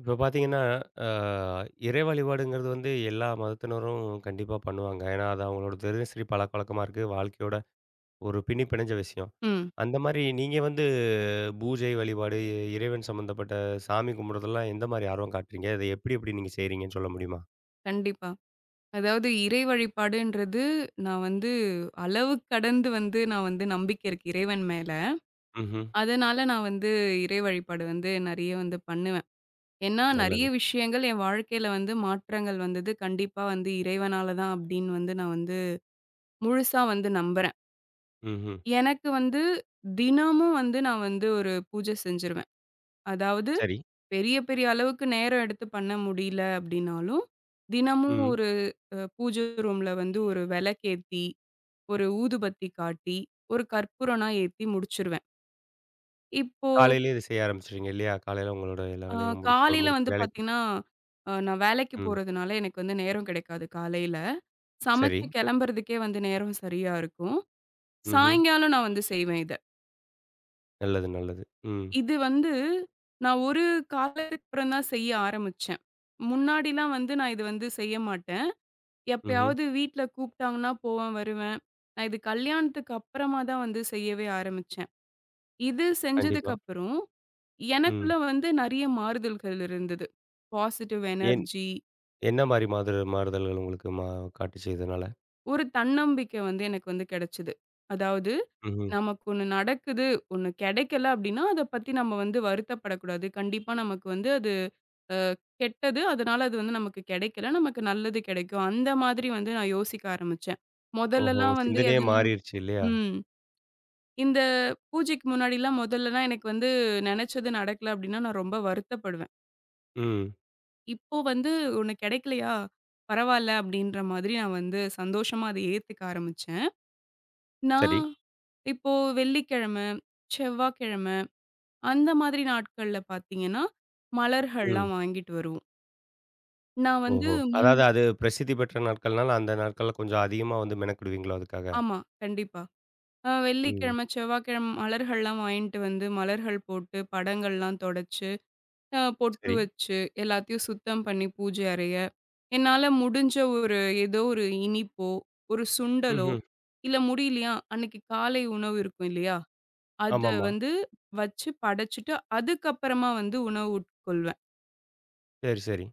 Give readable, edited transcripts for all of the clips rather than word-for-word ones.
இப்ப பார்த்தீங்கன்னா, அ இறை வழிபாடுங்கிறது வந்து எல்லா மதத்தினரும் கண்டிப்பா பண்ணுவாங்க. ஏன்னா, அது அவங்களோட தினசரி பழக்கவழக்கமா இருக்கு. வாழ்க்கையோட ஒரு பின்னி பிணைஞ்ச விஷயம். ம். அந்த மாரி நீங்க வந்து பூஜை வழிபாடு, இறைவன் சம்மந்தப்பட்ட சாமி கும்பிடுறதெல்லாம் எந்த மாரி ஆர்வம் காட்டுறீங்க? அதை எப்படி எப்படி நீங்க செய்றீங்கன்னு சொல்ல முடியுமா? கண்டிப்பா. அதாவது இறை வழிபாடுன்றது, நான் வந்து அளவு கடந்து வந்து நான் வந்து நம்பிக்கை இருக்கு இறைவன் மேல. ம்ஹ்ம். அதனால நான் வந்து இறை வழிபாடு வந்து நெறைய வந்து பண்ணுவேன். ஏன்னா நெறைய நல்லது. விஷயங்கள் என் வாழ்க்கையில வந்து மாற்றங்கள் வந்தது கண்டிப்பா வந்து இறைவனால தான் அப்டின்னு வந்து நான் வந்து முழுசா வந்து நம்புறேன். ம்ஹ்ம். எனக்கு வந்து தினமும் வந்து நான் வந்து ஒரு பூஜை செஞ்சுருவேன். அதாவது சரி. பெரிய பெரிய அளவுக்கு நேரம் எடுத்து பண்ண முடியல அப்டின்னாலும், தினமும் ம். ஒரு பூஜை ரூம்ல வந்து ஒரு விளக்கேத்தி, ஒரு ஊதுபத்தி காட்டி, ஒரு கற்பூரம்னா ஏத்தி முடிச்சுருவேன். இப்போ காலையிலேயே இத செய்ய ஆரம்பிச்சுடுறீங்க இல்லையா? காலையில உங்களோட எல்லா அ வேலைகளும் முடிச்சு காலையில முடிச்சு வந்து வேலைக்கு. பார்த்தீங்கன்னா, நான் வேலைக்கு ம். போறதுனால எனக்கு வந்து நேரம் கிடைக்காது காலையில. சரி. சமைச்சு கிளம்புறதுக்கே வந்து நேரம் சரியா இருக்கும். ம்ஹ்ம். சாயங்காலம் நான் வந்து செய்வேன் இத. நல்லது, நல்லது. ம். இது வந்து நான் ஒரு காலத்துக்கு அப்புறம் தான் செய்ய ஆரம்பிச்சேன். முன்னாடிலாம் வந்து நான் இது வந்து செய்ய மாட்டேன். ம்ஹ்ம். எப்பயாவது வீட்ல கூப்பிட்டாங்கன்னா போவேன், வருவேன். நான் இது கல்யாணத்துக்கு அப்புறமா தான் வந்து செய்யவே ஆரம்பிச்சேன். இது செஞ்சதுக்கு கண்டிப்பா. அப்புறம், எனக்குள்ள ம். வந்து நெறைய மாறுதல்கள் இருந்தது. பாசிட்டிவ் ஏன் எனர்ஜி, என்ன மாரி மாதரு மாறுதல்கள் உங்களுக்கு காட்டுச்சு இதனால? ஒரு தன்னம்பிக்கை வந்து எனக்கு வந்து கிடைச்சது. அதாவது ம்ஹ்ம். நமக்கு ஒண்ணு நடக்குது, ஒண்ணு கிடைக்கல அப்டின்னா, அத பத்தி நம்ம வந்து வருத்தப்படக்கூடாது. கண்டிப்பா நமக்கு வந்து அது அ கெட்டது. அதனால அது வந்து நமக்கு கிடைக்கல. நமக்கு நல்லது கிடைக்கும். அந்த மாதிரி வந்து நான் யோசிக்க ஆரம்பிச்சேன். ஓஹோ! உங்க மொதல்லலாம் வந்து சிந்தனையே எதனா மாறிருச்சு இல்லையா? ம். இந்த பூஜைக்கு முன்னாடிலாம் மொதல்லலாம் எனக்கு வந்து நெனச்சது நடக்கல அப்டின்னா, நான் ரொம்ப வருத்தப்படுவேன். ம். இப்போ வந்து உனக்கு கிடைக்கலையா? பரவால்ல அப்படின்ற மாதிரி நான் வந்து சந்தோஷமா அத ஏத்துக்க ஆரம்பிச்சேன். சரி. நான் இப்போ வெள்ளிக்கிழமை, செவ்வாய்க்கிழமை அந்த மாதிரி நாட்கள்ல பார்த்தீங்கன்னா, ம். மலர்கள்லாம் வாங்கிட்டு வருவோம். நான் வந்து ஓஹோ! முன் அதாவது அது பிரசித்தி பெற்ற நாட்கள்னால, அந்த நாட்கள்ல கொஞ்சம் அதிகமா வந்து மெனக்கிடுவீங்களோ அதுக்காக? ஆமா, கண்டிப்பா. ம். வெள்ளிக்கிழமை, செவ்வாய்க்கிழமை மலர்கள்லாம் வாங்கிட்டு வந்து மலர்கள் போட்டு, படங்கள்லாம் தொடச்சு பொட்டு சரி. வச்சு, எல்லாத்தையும் சுத்தம் பண்ணி பூஜை அறைய, என்னால முடிஞ்ச ஒரு ஏதோ ஒரு இனிப்போ, ஒரு சுண்டலோ, ம்ஹ்ம். இல்ல முடியலையா, அன்னைக்கு காலை உணவு இருக்கும் இல்லையா? அத ஆமாமா. வந்து வச்சு படைச்சுட்டு, அதுக்கப்புறமா வந்து உணவு உட்கொள்வேன். சரி, சரி.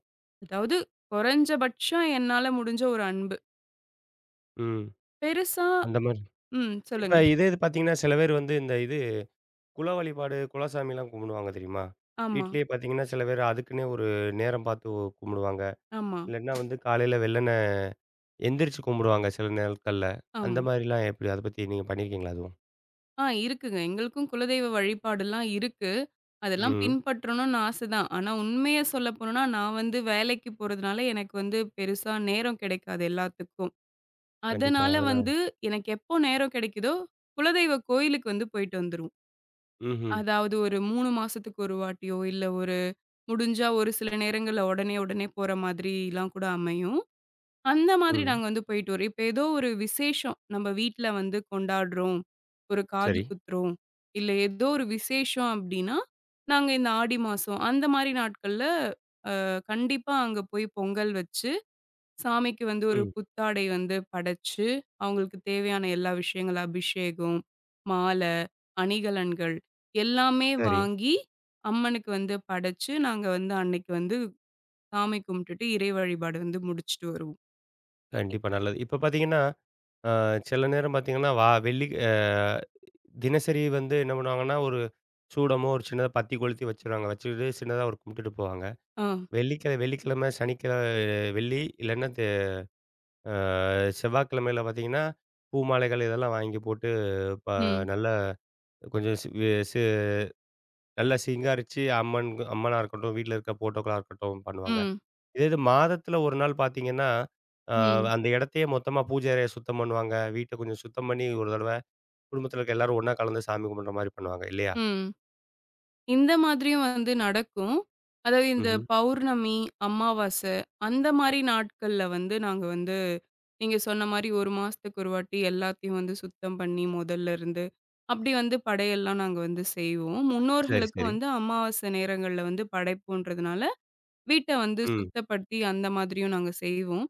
அதாவது குறைஞ்சபட்சம் என்னால முடிஞ்ச ஒரு அன்பு. ம். பெருசா அந்த மாரி. ம். இப்ப சொல்லுங்க. இதே இது பார்த்தீங்கன்னா, சில பேர் வந்து இந்த இது குல வழிபாடு, குலசாமிலாம் கும்பிடுவாங்க தெரியுமா? ஆமா, வீட்லயே பார்த்தீங்கன்னா, சில பேர் அதுக்குன்னே ஒரு நேரம் பார்த்து கும்பிடுவாங்க. ஆமா, இல்லன்னா வந்து காலையில வெள்ளன எந்திரிச்சு கும்பிடுவாங்க சில நாட்கள்ல. அந்த ஆமா. மாரிலாம் எப்படி? அத பத்தி நீங்க பண்ணியிருக்கீங்களா அதுவும்? ஆ இருக்குங்க. எங்களுக்கும் குலதெய்வ வழிபாடுலாம் இருக்கு. அதெல்லாம் ம். பின்பற்றணும்னு ஆசை தான். ஆனா உண்மைய சொல்ல போணும்னா, நான் வந்து வேலைக்கு போறதுனால எனக்கு வந்து பெருசா நேரம் கிடைக்காது எல்லாத்துக்கும். கண்டிப்பா. அதனால அதனால. வந்து எனக்கு எப்போ நேரம் கிடைக்குதோ, குலதெய்வ கோயிலுக்கு வந்து போயிட்டு வந்துருவோம். ம்ஹ்ம். அதாவது ஒரு 3 மாசத்துக்கு ஒரு வாட்டியோ, இல்ல ஒரு முடிஞ்சா ஒரு சில நேரங்கள்ல உடனே உடனே போற மாதிரிலாம் கூட அமையும். அந்த மாதிரி ம். நாங்க வந்து போயிட்டு வரோம். இப்ப ஏதோ ஒரு விசேஷம் நம்ம வீட்ல வந்து கொண்டாடுறோம். ஒரு காது சரி. குத்துறோம். இல்ல ஏதோ ஒரு விசேஷம் அப்டின்னா, நாங்க இந்த ஆடி மாசம் அந்த மாரி நாட்கள்ல கண்டிப்பா அங்க போய் பொங்கல் வச்சு, சாமிக்கு வந்து ஒரு ம். புத்தாடை வந்து படைச்சு, அவங்களுக்கு தேவையான எல்லா விஷயங்கள் அபிஷேகம், மால, அணிகலன்கள் எல்லாமே சரி. வாங்கி, அம்மனுக்கு வந்து படைச்சு, நாங்க வந்து அன்னைக்கு வந்து சாமி கும்பிட்டுட்டு இறை வழிபாடு வந்து முடிச்சுட்டு வருவோம். இ கண்டிப்பா நல்லது. இப்ப பார்த்தீங்கன்னா, அ சில நேரம் பார்த்தீங்கன்னா, வா வெள்ளி அ தினசரி வந்து என்ன பண்ணுவாங்கன்னா, ஒரு சூடமோ ஒரு சின்னதா பத்தி கொளுத்தி வச்சுருவாங்க. வச்சுக்கிட்டு சின்னதா ஒரு கும்பிட்டுட்டு போவாங்க. ஆ. வெள்ளிக்கிழமை, வெள்ளி இல்லன்னா தெ அ செவ்வாய்க்கிழமையில பார்த்தீங்கன்னா, பூ மாலைகள் இதெல்லாம் வாங்கி போட்டு, ப ம். நல்லா கொஞ்சம் சி வி நல்லா சிங்காரிச்சு அம்மனா இருக்கட்டும், வீட்ல இருக்க போட்டோக்களா இருக்கட்டும் பண்ணுவாங்க. ம். இதே இது மாதத்துல ஒரு நாள் பார்த்தீங்கன்னா, அ ம். அந்த இடத்தையே மொத்தமா பூஜை அறைய சுத்தம் பண்ணுவாங்க. வீட்ட கொஞ்சம் சுத்தம் பண்ணி ஒரு தடவ குடும்பத்துல இருக்க எல்லாரும் ஒண்ணா கலந்து சாமி கும்பிடுற மாரி பண்ணுவாங்க இல்லையா? ம். இந்த மாதிரியும் வந்து நடக்கும். அதாவது இந்த ம்ஹ்ம். பௌர்ணமி, அமாவாசை அந்த மாரி நாட்கள்ல வந்து நாங்க வந்து நீங்க சொன்ன மாரி 1 மாசத்துக்கு ஒரு வாட்டி எல்லாத்தையும் வந்து சுத்தம் பண்ணி மொதல்ல இருந்து அப்படி வந்து படையல்லாம் நாங்க வந்து செய்வோம். சரி, முன்னோர்களுக்கும் சரி. வந்து அமாவாசை நேரங்கள்ல வந்து படைப்போன்றதுனால வீட்ட வந்து ம். சுத்தப்படுத்தி அந்த மாதிரியும் நாங்க செய்வோம்.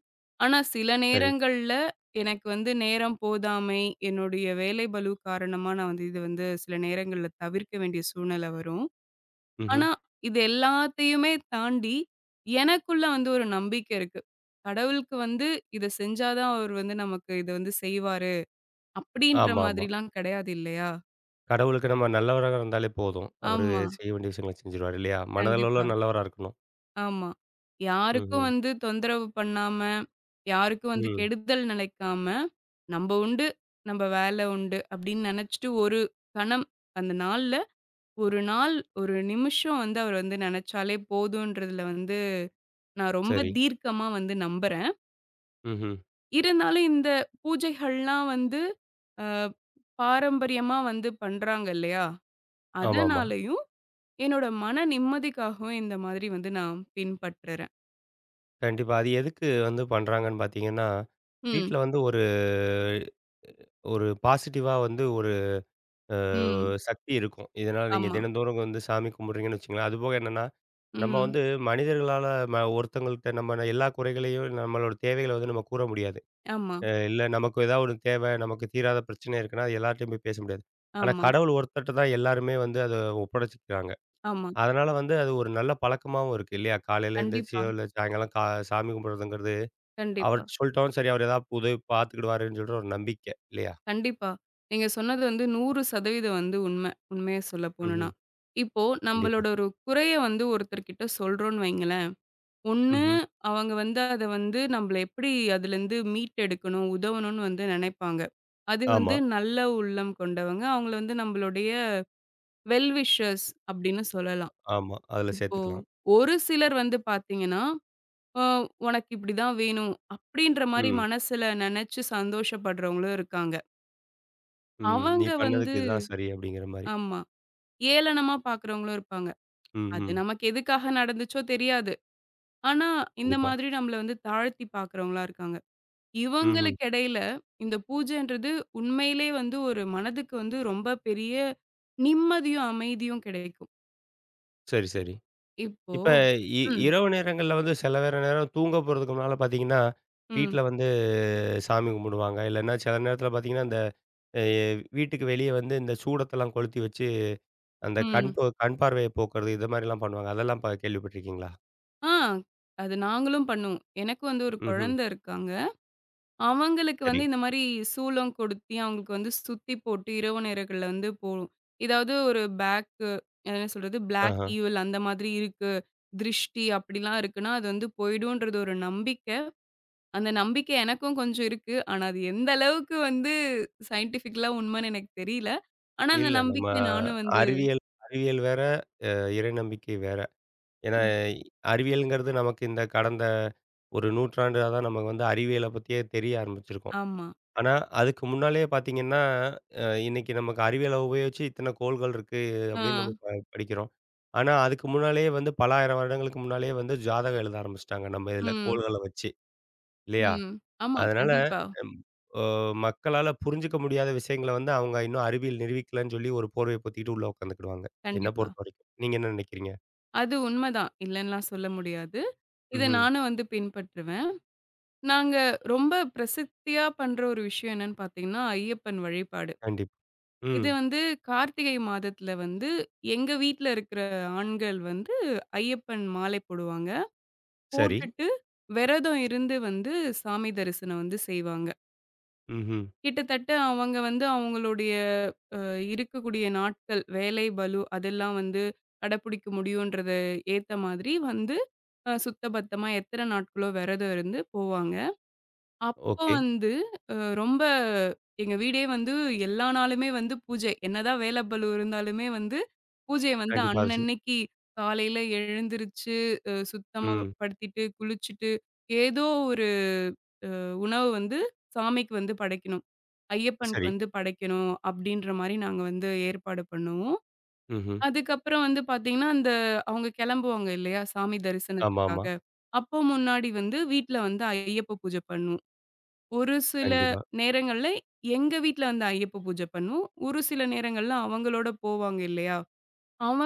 ஆனா, சில சரி. நேரங்கள்ல எனக்கு வந்து நேரம் போதாமை, என்னுடைய வேலை பளு காரணமா நான் வந்து இது வந்து சில நேரங்கள்ல தவிர்க்க வேண்டிய சூழ்நிலை வரும். ம்ஹ்ம். ஆனா, இது எல்லாத்தையுமே தாண்டி எனக்குள்ள வந்து ஒரு நம்பிக்கை இருக்கு. கடவுளுக்கு வந்து இத செஞ்சா தான் அவரு வந்து நமக்கு இத வந்து செய்வாரு, அப்படின்ற ஆமாமா. மாதிரிலாம் கிடையாது இல்லையா? கடவுளுக்கு நம்ம நல்லவராக இருந்தாலே போதும். அவரு ஆமா. செய்ய வேண்டிய விஷயங்கள செஞ்சுருவாரு இல்லையா? கண்டிப்பா. மனதளவுல நல்லவரா இருக்கணும். ஆமா. யாருக்கும் ம்ஹ்ம். வந்து தொந்தரவு பண்ணாம, யாருக்கும் வந்து ம். கெடுதல் நினைக்காம, "நம்ப உண்டு, நம்ப வேலை உண்டு" அப்படின்னு நெனச்சுட்டு ஒரு கணம் அந்த நாள்ல, ஒரு நாள், ஒரு நிமிஷம் வந்து அவர் வந்து நெனச்சாலே போதுன்றதுல வந்து நான் ரொம்ப சரி. தீர்க்கமா வந்து நம்புறேன். ம்ஹ்ம். இருந்தாலும் இந்த பூஜைகள்லாம் வந்து அ பாரம்பரியமா வந்து பண்றாங்க இல்லையா? ஆமாமா. அதனாலயும் என்னோட மன நிம்மதிக்காகவும் இந்த மாதிரி வந்து நான் பின்பற்றுறேன். கண்டிப்பா. அது எதுக்கு வந்து பண்றாங்கன்னு பார்த்தீங்கன்னா, ம், வீட்ல வந்து ஒரு ஒரு பாசிட்டிவா வந்து ஒரு அ ம். சக்தி இருக்கும். இதனால நீங்க ஆமா. தினந்தோறும் வந்து சாமி கும்பிடுறீங்கன்னு வச்சுக்கங்களேன். அதுபோக என்னன்னா, நம்ம ம். வந்து மனிதர்களால ஒருத்தவங்கள்ட்ட நம்ம எல்லா குறைகளையும் நம்மளோட தேவைகள வந்து நம்ம கூற முடியாது. ஆமா, இல்ல நமக்கு ஏதாவது ஒரு தேவை, நமக்கு தீராத பிரச்சனை இருக்குன்னா, அது எல்லார்ட்டயும் போய் பேச முடியாது. ஆனா ஆமா, கடவுள் ஒருத்தர்ட்ட தான் எல்லாருமே வந்து அத ஒப்படைச்சுக்கிறாங்க. ஆமா. அதனால வந்து அது ஒரு நல்ல பழக்கமாவும் இருக்கு இல்லையா? காலையில கண்டிப்பா, எந்திரிச்சியோ, இல்ல சாயங்காலம் சாமி கும்பிடுறதுங்கிறது கண்டிப்பா, அவர்ட்ட சொல்ட்டோம். சரி அவரு ஏதாவது உதவி பார்த்துக்கிடுவாருன்னு சொல்லிட்டு ஒரு நம்பிக்கை இல்லையா? கண்டிப்பா. நீங்க சொன்னது வந்து 100% வந்து உண்மை. உண்மைய சொல்ல போணும்னா. ம்ஹ்ம். இப்போ கண்டிப்பா. நம்மளோட ஒரு குறைய வந்து ஒருத்தர்கிட்ட சொல்றோம்ன்னு வைங்களேன், ஒண்ணு ம்ஹ்ம். அவங்க வந்து அத வந்து நம்மள எப்படி அதுலேருந்து மீட்டெடுக்கணும், உதவணும்னு வந்து நெனைப்பாங்க. அது வந்து ஆமா, நல்ல உள்ளம் கொண்டவங்க. அவங்கள வந்து நம்மளுடைய வெல் விஷர்ஸ் அப்படின்னு சொல்லலாம். ஆமா. அதுல இப்போ சேர்த்துக்கலாம். ஒரு சிலர் வந்து பார்த்தீங்கன்னா அ உனக்கு இப்படிதான் வேணும். அப்படின்ற மாரி ம், மனசுல நெனச்சு சந்தோஷப்படுறவங்களும் இருக்காங்க. ம். நீ அவங்க வந்து பண்ணதுக்கு இதுதான் சரி அப்படிங்கிற மாரி. ஆமா. ஏளனமா பார்க்குறவங்களும் இருப்பாங்க. அது ம்ஹ்ம். நமக்கு எதுக்காக நடந்துச்சோ தெரியாது. ஆனா, இந்த கண்டிப்பா. மாதிரி நம்மள வந்து தாழ்த்தி பார்க்குறவங்களா இருக்காங்க. ம்ஹ்ம். இவங்களுக்கு இடையில இந்த பூஜைன்றது உண்மையிலே வந்து ஒரு மனதுக்கு வந்து ரொம்ப பெரிய நிம்மதியும், அமைதியும் கிடைக்கும். சரி, சரி. இப்போ இப்ப இ ம், இரவு நேரங்கள்ல வந்து சில வேற நேரம் தூங்க போறதுக்கு முன்னால பார்த்தீங்கன்னா, ம், வீட்ல வந்து சாமி கும்பிடுவாங்க. இல்லன்னா சில நேரத்துல பார்த்தீங்கன்னா, இந்த அ வீட்டுக்கு வெளிய வந்து இந்த சூடத்தெல்லாம் கொளுத்தி வச்சு, அந்த ம். கண் பார்வைய போக்குறது, இது மாரிலாம் பண்ணுவாங்க. அதெல்லாம் கேள்விப்பட்டிருக்கீங்களா? ஆ அது நாங்களும் பண்ணுவோம். எனக்கு வந்து ஒரு ம்ஹ்ம். குழந்தை இருக்காங்க. அவங்களுக்கு சரி. வந்து இந்த மாரி சூலம் கொடுத்தி, அவங்களுக்கு வந்து சுத்தி போட்டு இரவு நேரங்கள்ல வந்து போகும். ஏதாவது ஒரு பேக்கு என்ன சொல்றது? பிளாக் ஆஹ. ஈவில் அந்த மாதிரி இருக்கு. திருஷ்டி அப்படிலாம் இருக்குன்னா, அது வந்து போயிடும்ன்றது ஒரு நம்பிக்கை. அந்த நம்பிக்கை எனக்கும் கொஞ்சம் இருக்கு. ஆனா, அது எந்த அளவுக்கு வந்து சயின்டிஃபிக்கலா உண்மைன்னு எனக்கு தெரியல. ஆனா, அந்த இல்ல. நம்ம நம்பிக்கைய நானும் வந்து அறிவியல் அறிவியல் வேற, இறை நம்பிக்கை வேற. ஏன்னா, அறிவியல்ங்கிறது நமக்கு இந்த கடந்த ஒரு நூற்றாண்டா தான் நமக்கு வந்து அறிவியல பத்தியே தெரிய ஆரம்பிச்சிருக்கும். ஆமா. ஆனா, அதுக்கு முன்னாலேயே பார்த்தீங்கன்னா, இன்னைக்கு நமக்கு அறிவியல உபயோகிச்சு இத்தன கோள்கள் இருக்கு ஆ. அப்படின்னு நம்ம படிக்கிறோம். ஆனா, அதுக்கு முன்னாலேயே வந்து பல 1000 வருடங்களுக்கு முன்னாலேயே வந்து ஜாதகம் எழுத ஆரம்பிச்சுட்டாங்க நம்ம இதுல ம். கோள்கள வச்சு. இல்லையா? ம். ஆமா. அதனால கண்டிப்பா, ம் அ மக்களால புரிஞ்சுக்க முடியாத விஷயங்கள வந்து அவங்க இன்னும் அறிவியல் நிரூபிக்கலன்னு சொல்லி ஒரு போர்வைய பொத்திக்கிட்டு உள்ள உட்காந்துக்கிடுவாங்க. என்ன கண்டிப்பா. பொறுத்தவரைக்கும். நீங்க என்ன நினைக்கிறீங்க? அது உண்மைதான். இல்லன்னுலாம் சொல்ல முடியாது. இத ம்ஹ்ம். நானும் வந்து பின்பற்றுவேன். நாங்க ரொம்ப பிரசித்தியா பண்ற ஒரு விஷயம் என்னன்னு பார்த்தீங்கன்னா, ஐயப்பன் வழிபாடு. கண்டிப்பா. ம். இது வந்து கார்த்திகை மாதத்துல வந்து எங்க வீட்ல இருக்கிற ஆண்கள் வந்து ஐயப்பன் மாலை போடுவாங்க. சரி. போட்டுட்டு விரதம் இருந்து வந்து சாமி தரிசனம் வந்து செய்வாங்க. ம்ஹ்ம். கிட்டத்தட்ட அவங்க வந்து அவங்களுடைய இருக்கக்கூடிய நாட்கள், வேலை பளு அதெல்லாம் வந்து கடைப்பிடிக்க முடியுன்றத ஏத்த மாதிரி வந்து சுத்தபத்தமா எத்தன நாட்களோ விரதம் இருந்து போவாங்க. அப்போ ஓகே. வந்து அ ரொம்ப எங்க வீடே வந்து எல்லா நாளுமே வந்து பூஜை. என்னதான் வேல பளு இருந்தாலுமே வந்து, பூஜைய வந்து கண்டிப்பா அது அன்னன்னைக்கு காலையில எழுந்திருச்சு, சுத்தமா ம். படுத்திட்டு, குளிச்சுட்டு, ஏதோ ஒரு உணவு வந்து சாமிக்கு வந்து படைக்கணும். ஐயப்பனுக்கு சரி. வந்து படைக்கணும் அப்படின்ற மாரி நாங்க வந்து ஏற்பாடு பண்ணுவோம். ம்ஹ்ம். அதுக்கப்புறம் வந்து பார்த்தீங்கன்னா, அந்த அவங்க கிளம்புவாங்க இல்லையா? சாமி தரிசனத்துக்காக. ஆமாமா. அப்போ முன்னாடி வந்து வீட்ல வந்து ஐயப்ப பூஜை பண்ணுவோம். ஒரு சில கண்டிப்பா. நேரங்கள்ல எங்க வீட்ல வந்து ஐயப்ப பூஜை பண்ணுவோம். ஒரு சில நேரங்கள்ல அவங்களோட போவாங்க இல்லையா?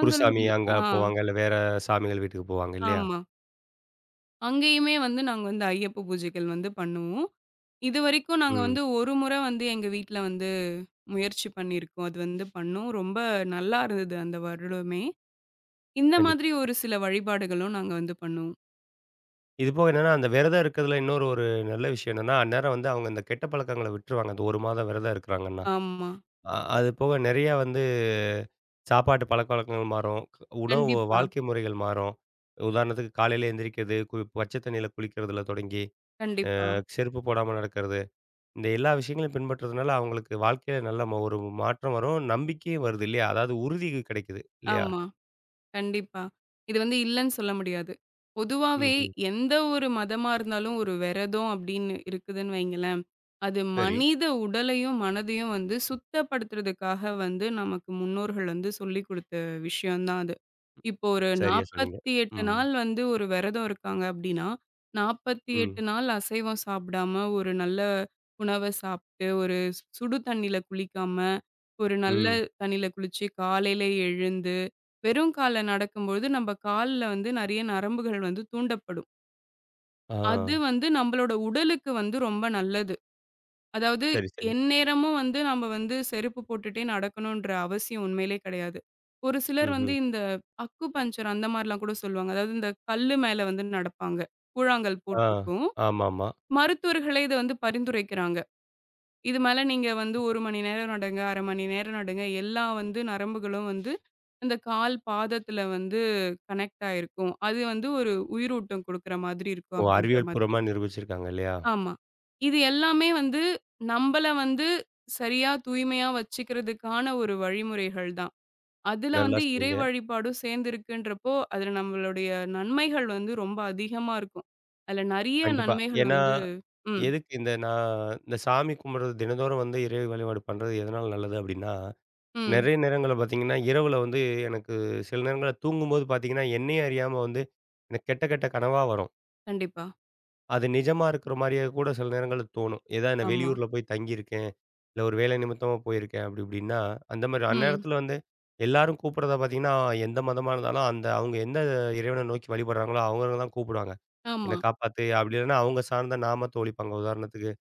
குருசாமி அங்க ஆ போவாங்க. இல்ல வேற சாமிகள் வீட்டுக்கு போவாங்க இல்லையா? ஆமா. அங்கேயுமே வந்து நாங்க வந்து ஐயப்ப பூஜைகள் வந்து பண்ணுவோம். இதுவரைக்கும் நாங்க ம். வந்து ஒரு முறை வந்து எங்க வீட்ல வந்து முயற்சி பண்ணியிருக்கோம். அது வந்து பண்ணோம். ரொம்ப நல்லா இருந்தது அந்த வருடமே. இந்த கண்டிப்பா. மாதிரி ஒரு சில வழிபாடுகளும் நாங்க வந்து பண்ணுவோம். இது போக என்னன்னா, அந்த விரதம் இருக்கிறதுல இன்னொரு ஒரு நல்ல விஷயம் என்னன்னா, அந்நேரம் வந்து அவங்க இந்த கெட்ட பழக்கங்கள விட்டுருவாங்க. அந்த 1 மாதம் விரதம் இருக்கிறாங்கன்னா. ஆமா. அது போக நெறையா வந்து சாப்பாட்டு பழக்கவழக்கங்கள் மாறும். உணவு கண்டிப்பா, வாழ்க்கை முறைகள் மாறும். உதாரணத்துக்கு காலையில எந்திரிக்கிறது, பச்சை தண்ணியில குளிக்கிறதுல தொடங்கி, கண்டிப்பா. செருப்பு போடாம நடக்கிறது. இந்த எல்லா விஷயங்களையும் பின்பற்றதுனால அவங்களுக்கு வாழ்க்கையில நல்ல ஒரு மாற்றம் வரும். நம்பிக்கையும் வருது இல்லையா? அதாவது உறுதி கிடைக்குது இல்லையா? ஆமா. கண்டிப்பா. இது வந்து இல்லன்னு சொல்ல முடியாது. பொதுவாவே ம்ஹ்ம். எந்த ஒரு மதமா இருந்தாலும் ஒரு விரதம் அப்படின்னு இருக்குதுன்னு வைங்களேன், அது சரி. மனித உடலையும், மனதையும் வந்து சுத்தப்படுத்துறதுக்காக வந்து நமக்கு முன்னோர்கள் வந்து சொல்லிக் குடுத்த விஷயம் தான் அது. இப்போ ஒரு சரியா சொன்னீங்க. 48 ம். நாள் வந்து ஒரு விரதம் இருக்காங்க அப்படின்னா, ம். 48 நாள் அசைவம் சாப்பிடாம, ஒரு நல்ல உணவ சாப்பிட்டு, ஒரு சுடு தண்ணீல குளிக்காம, ஒரு நல்ல ம். தண்ணீல குளிச்சு, காலையில எழுந்து வெறும் கால்ல நடக்கும்பொழுது, நம்ப கால்ல வந்து நெறைய நரம்புகள் வந்து தூண்டப்படும். ஆ. அது வந்து நம்பளோட உடலுக்கு வந்து ரொம்ப நல்லது. அதாவது சரி, சரி. எந்நேரமும் வந்து நம்ம வந்து செருப்பு போட்டுட்டே நடக்கணுன்ற அவசியம் உண்மையிலே கிடையாது. ஒரு சிலர் வந்து ம்ஹ்ம். இந்த அக்கு பஞ்சர் அந்த மாரிலாம் கூட சொல்லுவாங்க. அதாவது இந்த கல்லு மேல வந்து நடப்பாங்க. கூழாங்கல் ஆ. போட்டிருக்கும். ஆமாமா. மருத்துவர்களே இத வந்து பரிந்துரைக்கிறாங்க. இது மேல நீங்க வந்து 1 மணி நேரம் நடுங்க, 1/2 மணி நேரம் நடுங்க. எல்லா வந்து நரம்புகளும் வந்து அந்த கால் பாதத்துல வந்து கனெக்ட் ஆயிருக்கும். அது வந்து ஒரு உயிரூட்டம் குடுக்குற மாதிரி இருக்கும் ஓ! அப்படின்ற அறிவியல் மாதிரி. பூர்வமா நிரூபிச்சிருக்காங்க இல்லையா? ஆமா. இது எல்லாமே வந்து நம்பள வந்து சரியா தூய்மையா வச்சுக்கிறதுக்கான ஒரு வழிமுறைகள் தான். அதுல நல்லா வந்து இறை சொன்னீங்க. வழிபாடும் சேர்ந்திருக்குன்றப்போ, அதுல நம்மளுடைய நன்மைகள் வந்து ரொம்ப அதிகமா இருக்கும். அதுல நெறைய கண்டிப்பா. நன்மைகள் ஏன்னா, வந்து ம், எதுக்கு இந்த நான் இந்த சாமி கும்பிடுறது தினந்தோறும் வந்து இறை வழிபாடு பண்றது எதனால நல்லது அப்டின்னா, ம். நெறைய நேரங்கள்ல பார்த்தீங்கன்னா, இரவுல வந்து எனக்கு சில நேரங்கள்ல தூங்கும்போது பார்த்தீங்கன்னா, என்னையே அறியாம வந்து எனக்கு கெட்ட கெட்ட கனவா வரும். கண்டிப்பா. அது நிஜமா இருக்கிற மாரியே கூட சில நேரங்கள்ல தோணும். ஏதா நான் ஆமா. வெளியூர்ல போய் தங்கியிருக்கேன், இல்ல ஒரு வேலை நிமித்தமா போயிருக்கேன் அப்டி இப்டின்னா, அந்த மாரி ம். அந்நேரத்துல வந்து எல்லாரும் கூப்பிடுறத பார்த்தீங்கன்னா, எந்த மதமா இருந்தாலும் அந்த அவங்க எந்த இறைவன நோக்கி வழிபடுறாங்களோ அவங்கள தான் கூப்பிடுவாங்க. என்ன ஆமா. காப்பாத்து! அப்படி இல்லன்னா, அவங்க சார்ந்த நாமத்த ஒலிப்பாங்க. உதாரணத்துக்கு,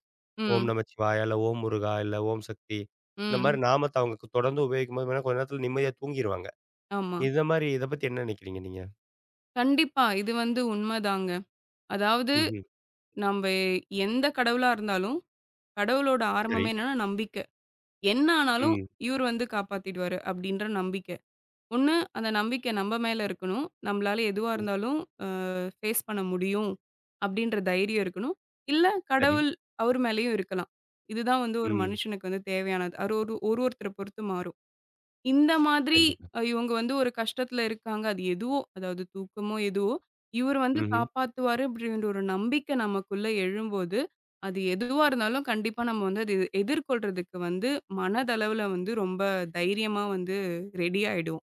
ஓம் ம். நமச்சிவாய, இல்ல ஓம் முருகா, இல்ல ஓம் சக்தி. இந்த ம். மாரி நாமத்த அவங்க தொடர்ந்து உபயோகிக்கும்போது பார்த்தீங்கன்னா, கொஞ்ச நேரத்துல நிம்மதியா தூங்கிருவாங்க. ஆமா. இந்த மாரி இத பத்தி என்ன நினைக்கிறீங்க நீங்க? கண்டிப்பா. இது வந்து உண்மதாங்க. அதாவது ம்ஹ்ம். நம்ப எந்த கடவுளா இருந்தாலும், கடவுளோட சரி. ஆரம்பமே என்னன்னா நம்பிக்கை. என்ன ஆனாலும் ம். இவரு வந்து காப்பாத்திடுவாரு அப்டின்ற நம்பிக்கை. ஒண்ணு அந்த நம்பிக்கை நம்ப மேல இருக்கணும். நம்பளால எதுவா இருந்தாலும் அ ஃபேஸ் பண்ண முடியும் அப்டின்ற தைரியம் இருக்கணும். இல்ல சரி. கடவுள் அவர் மேலயும் இருக்கலாம். இதுதான் வந்து ஒரு ம். மனுஷனுக்கு வந்து தேவையானது. அது ஒரு ஒரு ஒருத்தர பொறுத்து மாறும். இந்த மாதிரி கண்டிப்பா. இவங்க வந்து ஒரு கஷ்டத்துல இருக்காங்க. அது எதுவோ, அதாவது தூக்கமோ எதுவோ, இவரு வந்து ம்ஹ்ம். காப்பாத்துவாரு அப்படின்ற ஒரு நம்பிக்கை நமக்குள்ள எழும்போது, அது எதுவா இருந்தாலும் கண்டிப்பா நம்ம வந்து அது எதிர்கொள்றதுக்கு வந்து மனதளவுல வந்து ரொம்ப தைரியமா வந்து ரெடி ஆயிடுவோம்.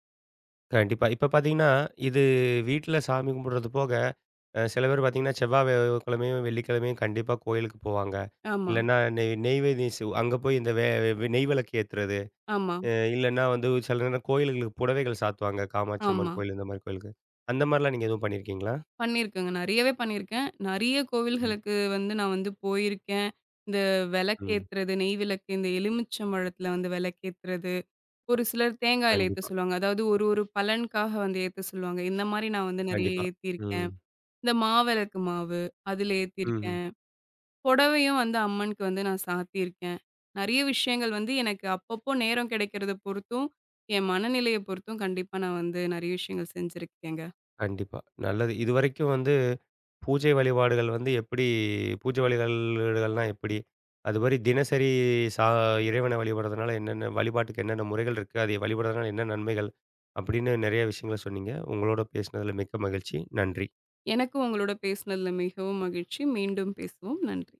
கண்டிப்பா. இப்ப பார்த்தீங்கன்னா, இது வீட்ல சாமி கும்பிடுறது போக, சில பேர் பார்த்தீங்கன்னா, செவ்வாய் வெ கிழமையும், வெள்ளிக்கிழமையும் கண்டிப்பா கோயிலுக்கு போவாங்க. ஆமா, இல்லன்னா, நெய்வேதி அங்க போய் இந்த வே வே- நெய் விளக்கு ஏத்துறது. ஆமா, இல்லன்னா வந்து சில நேரம் கோயில்களுக்கு புடவைகள் சாத்துவாங்க. காமாட்சி அம்மன் ஆமா. கோயில் இந்த மாரி கோயிலுக்கு. அந்த மாரிலாம் நீங்க எதுவும் பண்ணியிருக்கீங்களா? பண்ணியிருக்கேங்க. நெறையவே பண்ணியிருக்கேன். நெறைய ம், கோவில்களுக்கு வந்து நான் வந்து போயிருக்கேன். இந்த ம். விளக்கேத்துறது, நெய் விளக்கு, இந்த எலுமிச்சம்பழத்துல வந்து விளக்கேத்துறது ஒரு சிலர் தேங்காய் எண்ணெய் ஏத்த கண்டிப்பா, சொல்லுவாங்க. அதாவது ஒரு ஒரு பலனுக்காக வந்து ஏத்த சொல்லுவாங்க. இந்த மாரி நான் வந்து நெறைய கண்டிப்பா. ம், ஏத்தியிருக்கேன். இந்த மாவிளக்கு மாவு, அதுல ம்ஹ்ம். ஏத்தியிருக்கேன். புடவையும் வந்து அம்மனுக்கு வந்து நான் சாத்தியிருக்கேன். நெறைய விஷயங்கள் வந்து எனக்கு அப்பப்போ நேரம் கிடைக்கிறத பொறுத்தும், என் மனநிலைய பொறுத்தும் கண்டிப்பா நான் வந்து நெறைய விஷயங்கள் செஞ்சிருக்கேங்க. கண்டிப்பா. நல்லது. இதுவரைக்கும் வந்து பூஜை வழிபாடுகள் வந்து எப்படி பூஜை வழிபாடுகள்னா எப்படி? அதுமாரி தினசரி சா இறைவனை வழிபடுறதுனால என்னென்ன வழிபாட்டுக்கு என்னென்ன முறைகள் இருக்கு? அதை வழிபடுறதுனால என்ன நன்மைகள்? அப்படின்னு நெறைய விஷயங்கள சொன்னீங்க. உங்களோட பேசினதுல மிக்க மகிழ்ச்சி. நன்றி. எனக்கும் உங்களோட பேசினதுல மிகவும் மகிழ்ச்சி. மீண்டும் பேசுவோம். நன்றி.